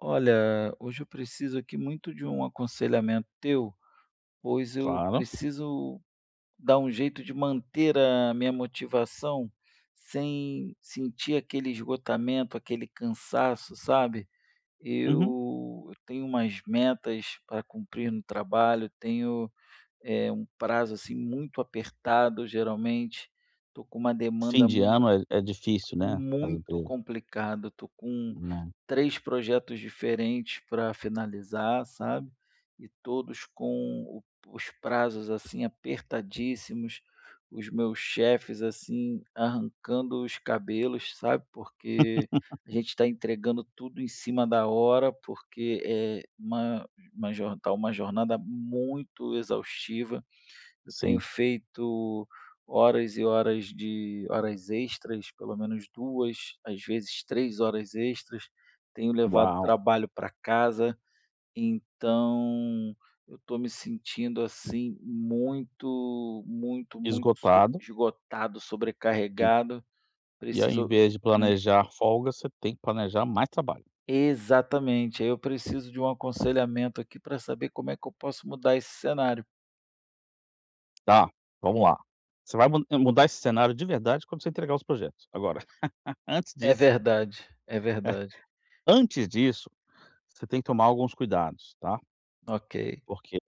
Olha, hoje eu preciso aqui muito de um aconselhamento teu, pois eu Claro. preciso dar um jeito de manter a minha motivação sem sentir aquele esgotamento, aquele cansaço, sabe? Uhum. Eu tenho umas metas para cumprir no trabalho, tenho um prazo assim muito apertado. Geralmente estou com uma demanda Fim de ano é difícil, né, as muito empresas, complicado, tô com né. 3 projetos diferentes para finalizar, sabe, e todos com o os prazos, assim, apertadíssimos. Os meus chefes, assim, arrancando os cabelos, sabe, porque a gente está entregando tudo em cima da hora, porque é uma jornada muito exaustiva. Eu tenho Sim. feito horas e horas de horas extras, pelo menos 2, às vezes 3 horas extras. Tenho levado Uau. trabalho para casa, então eu estou me sentindo assim muito, muito, muito Esgotado esgotado, e sobrecarregado. e ao Preciso, invés de né. planejar folga, você tem que planejar mais trabalho. Exatamente, aí eu preciso de um aconselhamento aqui para saber como é que eu posso mudar esse cenário. Tá, vamos lá. Você vai mu mudar esse cenário de verdade quando você entregar os projetos. Agora, antes É disso verdade, é verdade. antes disso, você tem que tomar alguns cuidados, tá. Ok, Porque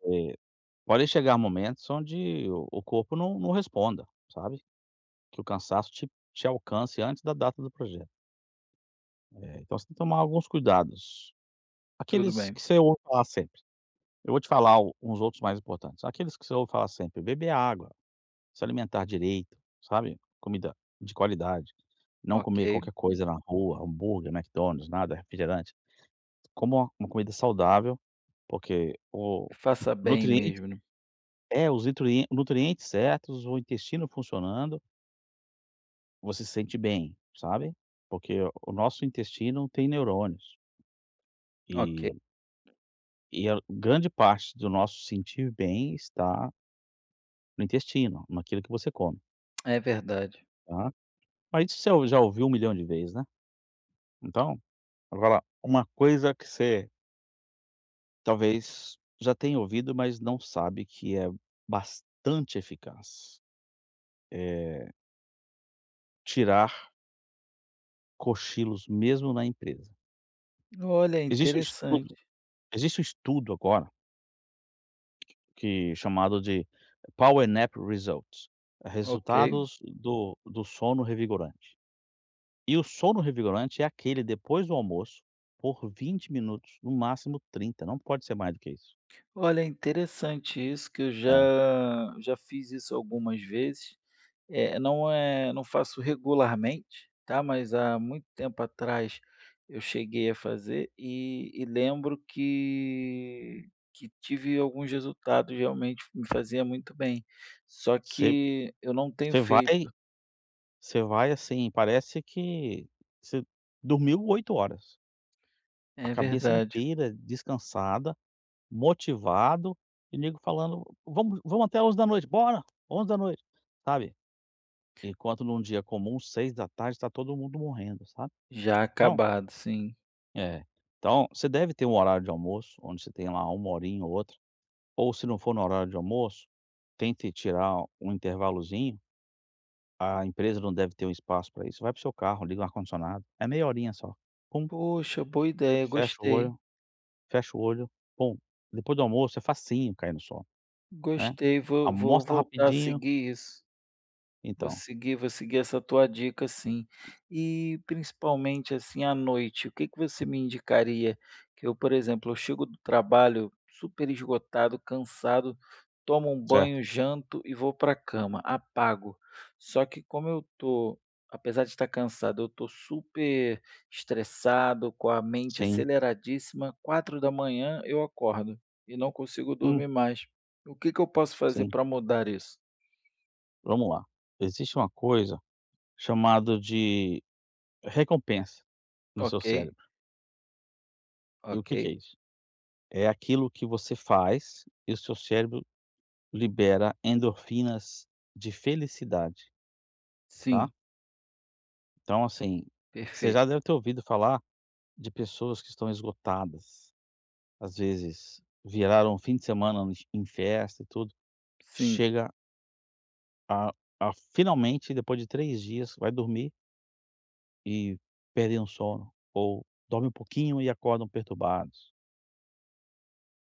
podem chegar momentos onde o corpo não responda, sabe. Que o cansaço te alcance antes da data do projeto. Então você tem que tomar alguns cuidados. tudo Aqueles bem. que você ouve falar sempre. Eu vou te falar o uns outros mais importantes. Aqueles que você ouve falar sempre: beber água, se alimentar direito, sabe, comida de qualidade, não comer Ok. qualquer coisa na rua, hambúrguer, McDonald's, nada, refrigerante. Coma uma comida saudável, porque o Faça bem nutriente mesmo, né. é, os nutrientes certos, o intestino funcionando, você se sente bem, sabe, porque o nosso intestino tem neurônios, Ok, e a grande parte do nosso sentir bem está no intestino, naquilo que você come, é verdade. tá. Mas isso você já ouviu um milhão de vezes, né. Então, agora uma coisa que você talvez já tenha ouvido, mas não sabe que é bastante eficaz, é tirar cochilos mesmo na empresa. Olha, é Existe um interessante. estudo Existe um estudo agora que chamado de Power Nap Results, Ok. resultados do sono revigorante. E o sono revigorante é aquele depois do almoço, por 20 minutos, no máximo 30, não pode ser mais do que isso. Olha, é interessante, isso que eu É, já fiz isso algumas vezes. É, não faço regularmente, tá, mas há muito tempo atrás eu cheguei a fazer e lembro que tive alguns resultados, realmente me fazia muito bem. Só você que eu não tenho você feito. vai você vai, assim, parece que você dormiu 8 horas, a É cabeça verdade. inteira descansada, motivado, e nego falando: "Vamos até onze da noite, bora, onze da noite", sabe. Enquanto num dia comum, seis da tarde tá todo mundo morrendo, sabe. Já Então acabado, sim. é, então você deve ter um horário de almoço, onde você tem lá uma horinha ou outra, ou se não for no horário de almoço, tente tirar um intervalozinho, a empresa não deve ter um espaço para isso. Vai para o seu carro, liga o ar-condicionado, é meia horinha só. Pum, Poxa, boa ideia, fecha o gostei, olho, fecha o olho, pum. Depois do almoço é facinho cair no sono, né. gostei, vou Almoça voltar a rapidinho, seguir isso. Vou então, seguir vou seguir essa tua dica, sim. E principalmente, assim, à noite, o que que você me indicaria? Que eu, por exemplo, eu chego do trabalho super esgotado, cansado, tomo um certo? banho, janto e vou para a cama, apago. Só que como eu tô apesar de estar cansado, eu tô super estressado, com a mente Sim, aceleradíssima, 4 da manhã eu acordo e não consigo hum, dormir mais. O que que eu posso fazer sim. para mudar isso? Vamos lá. Existe uma coisa chamada de recompensa no seu Ok, cérebro. E o ok. que que é isso? É aquilo que você faz e o seu cérebro libera endorfinas de felicidade, tá. Sim, Então, assim, você perfeito. já deve ter ouvido falar de pessoas que estão esgotadas, às vezes viraram o fim de semana em festa e tudo, Sim, chega a a finalmente, depois de 3 dias, vai dormir e perdem o sono, ou dorme um pouquinho e acordam perturbados.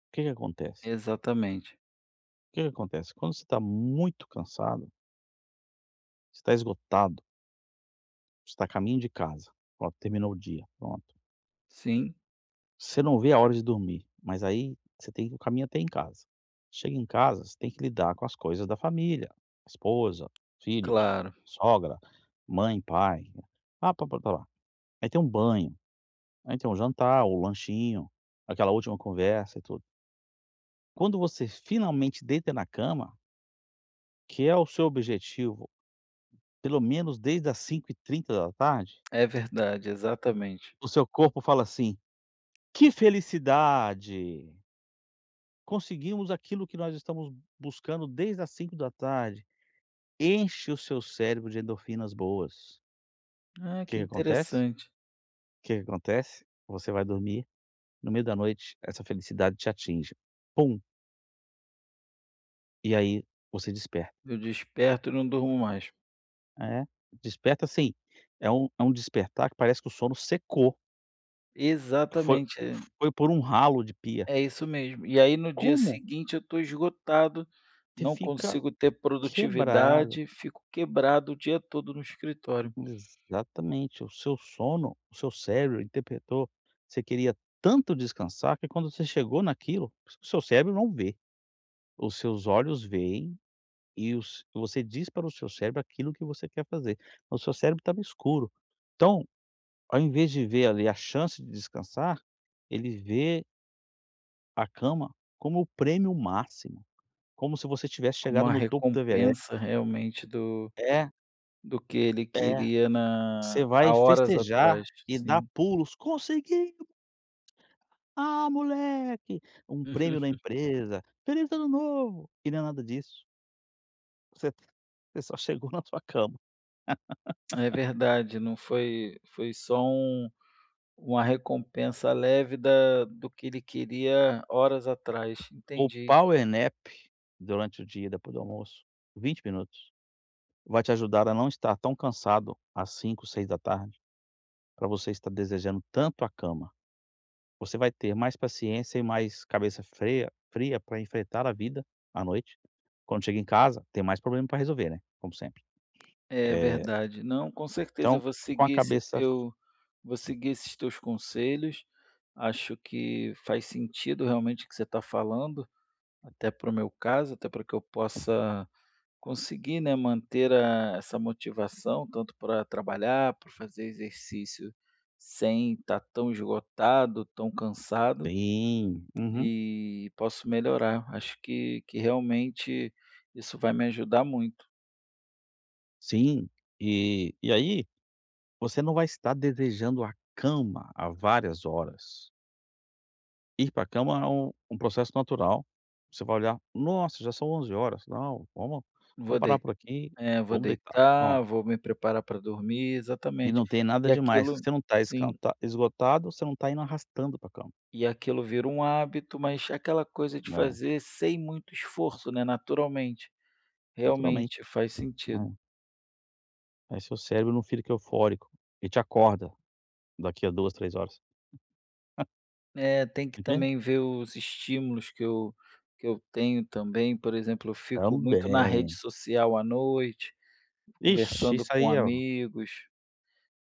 O que que acontece? exatamente. O que que acontece? Quando você está muito cansado, você está esgotado, você está a caminho de casa, pronto, terminou o dia, pronto. Sim, Você não vê a hora de dormir, mas aí você tem o caminho até em casa. Chega em casa, você tem que lidar com as coisas da família, esposa, filhos, claro. sogra, mãe, pai. Ah, pá, pá, tá lá. Aí tem um banho, aí tem um jantar, o lanchinho, aquela última conversa e tudo. Quando você finalmente deita na cama, que é o seu objetivo, pelo menos desde as cinco e trinta da tarde, É verdade, exatamente. o seu corpo fala assim: "Que felicidade! Conseguimos aquilo que nós estamos buscando desde as cinco da tarde". Enche o seu cérebro de endorfinas boas. Ah, O que que que acontece? interessante. O que que acontece? Você vai dormir, no meio da noite essa felicidade te atinge. Pum, e aí você desperta. Eu desperto e não durmo mais. É, desperta assim, é um despertar que parece que o sono secou, que Exatamente, é foi por um ralo de pia. é isso mesmo. E aí no dia Como seguinte eu estou esgotado, você não fica consigo ter quebrado. produtividade, fico quebrado o dia todo no escritório, Exatamente, o seu sono, o seu cérebro interpretou, você queria tanto descansar que quando você chegou naquilo, o seu cérebro não vê, os seus olhos veem e os você diz para o seu cérebro aquilo que você quer fazer, o seu cérebro estava escuro. Então, ao invés de ver ali a chance de descansar, ele vê a cama como o prêmio máximo, como se você tivesse como chegado uma no topo do Everest. recompensa realmente do É, do que ele é, queria na você há vai horas festejar atrás, e dar sim. pulos, "consegui!", "Ah, moleque!", um prêmio da empresa, "Feliz ano novo!", e não é nada disso. Você Você só chegou na sua cama. É verdade, não foi só uma recompensa leve da do que ele queria horas atrás, O entendi. power nap durante o dia, depois do almoço, 20 minutos, vai te ajudar a não estar tão cansado às cinco, seis da tarde, para você estar desejando tanto a cama. Você vai ter mais paciência e mais cabeça fria pra enfrentar a vida à noite. Quando chega em casa, tem mais problema para resolver, né, como sempre. É Eh, verdade. Não, com certeza eu então, vou com a seguir esse cabeça teu vou seguir esses teus conselhos, acho que faz sentido realmente o que você está falando, até para o meu caso, até para que eu possa conseguir, né, manter a essa motivação tanto para trabalhar, para fazer exercício sem estar tão esgotado, tão cansado. sim, uhum. E posso melhorar. Acho que realmente isso vai me ajudar muito. Sim, e aí você não vai estar desejando a cama há várias horas. Ir para a cama é um processo natural. Você vai olhar: "Nossa, já são onze horas. Não, Vou vamos parar por deitar, aqui, vou vamos deitar", deitar, pronto. vou me preparar para dormir, E exatamente. não tem nada E demais, aquilo, você não está sim, esgotado, você não está indo arrastando pra cama, e aquilo vira um hábito, mas aquela coisa de né, fazer sem muito esforço, né, naturalmente. Realmente naturalmente, faz sentido. né. Aí seu cérebro não fica eufórico e te acorda daqui a 2 3 horas, É, tem que entende? também ver os estímulos que eu tenho também. Por exemplo, eu fico muito na rede Também. social à noite, Ixi, conversando isso com aí ó amigos.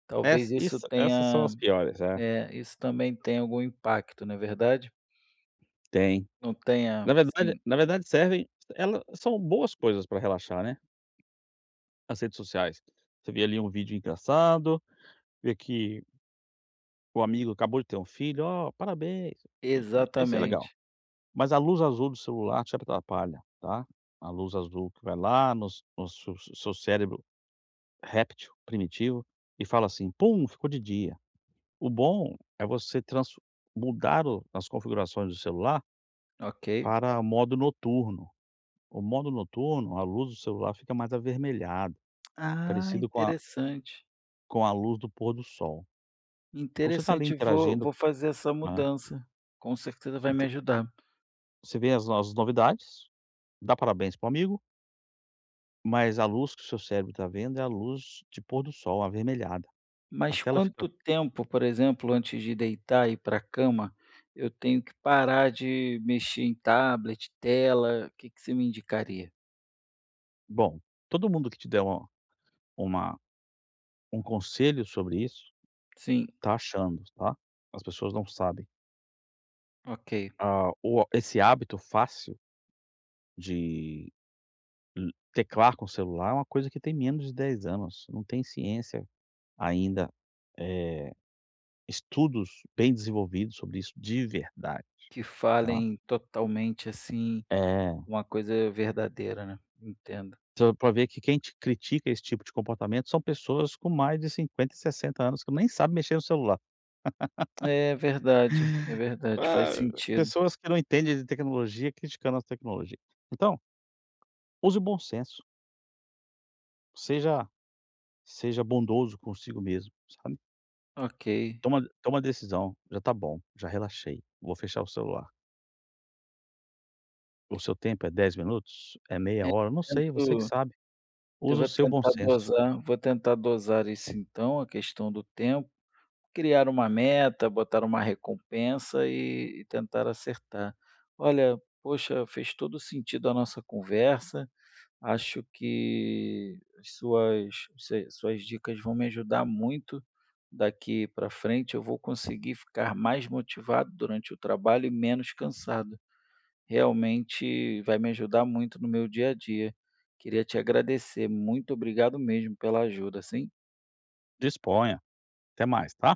Talvez isso essas são tenha as piores, é. eh, isso também tenha algum impacto, não é verdade? Tem. Não, tenha, sim, Na verdade servem. Elas são boas coisas para relaxar, né, as redes sociais. Você vê ali um vídeo engraçado, vê que o amigo acabou de ter um filho, "Ó, parabéns". Isso é legal. exatamente. Mas a luz azul do celular te atrapalha, tá. A luz azul que vai lá nos no seu cérebro réptil primitivo e fala assim: "Pum, ficou de dia". O bom é você trans mudar o as configurações do celular Ok. para modo noturno. O modo noturno, a luz do celular fica mais avermelhada, Ah, parecido interessante, com a luz do pôr do sol. Então você está ali interessante. Vou interagindo, vou fazer essa né, mudança, com certeza vai me inte ajudar. você vê as novidades, dá parabéns para o amigo, mas a luz que o seu cérebro está vendo é a luz de pôr do sol avermelhada. A Mas tela fica quanto tempo, por exemplo, antes de deitar e ir para a cama, eu tenho que parar de mexer em tablet, tela? O que que você me indicaria? bom, todo mundo que te der uma um conselho sobre isso, Sim, está achando, tá? As pessoas não sabem. ok, Ah, o esse hábito fácil de l teclar com o celular é uma coisa que tem menos de 10 anos, não tem ciência ainda, eh, estudos bem desenvolvidos sobre isso de verdade, que tá. falem totalmente assim. É Uma coisa verdadeira, né. Entendo. para ver que quem te critica esse tipo de comportamento são pessoas com mais de 50 e 60 anos que nem sabem mexer no celular. É verdade, faz Ah, sentido. pessoas que não entendem de tecnologia criticando a tecnologia. Então, use o bom senso, seja seja bondoso consigo mesmo, sabe. Ok. Toma a decisão, já tá bom, já relaxei, vou fechar o celular. O seu tempo é 10 minutos? É meia É, hora? Não sei, você que tento sabe. eu Usa o vou seu bom tentar senso. dosar vou tentar dosar isso então, a questão do tempo, criar uma meta, botar uma recompensa e tentar acertar. Olha, poxa, fez todo o sentido a nossa conversa. Acho que as suas se suas dicas vão me ajudar muito. Daqui para frente eu vou conseguir ficar mais motivado durante o trabalho e menos cansado. Realmente vai me ajudar muito no meu dia a dia. Queria te agradecer. Muito obrigado mesmo pela ajuda, sim. Disponha. Até mais, tá?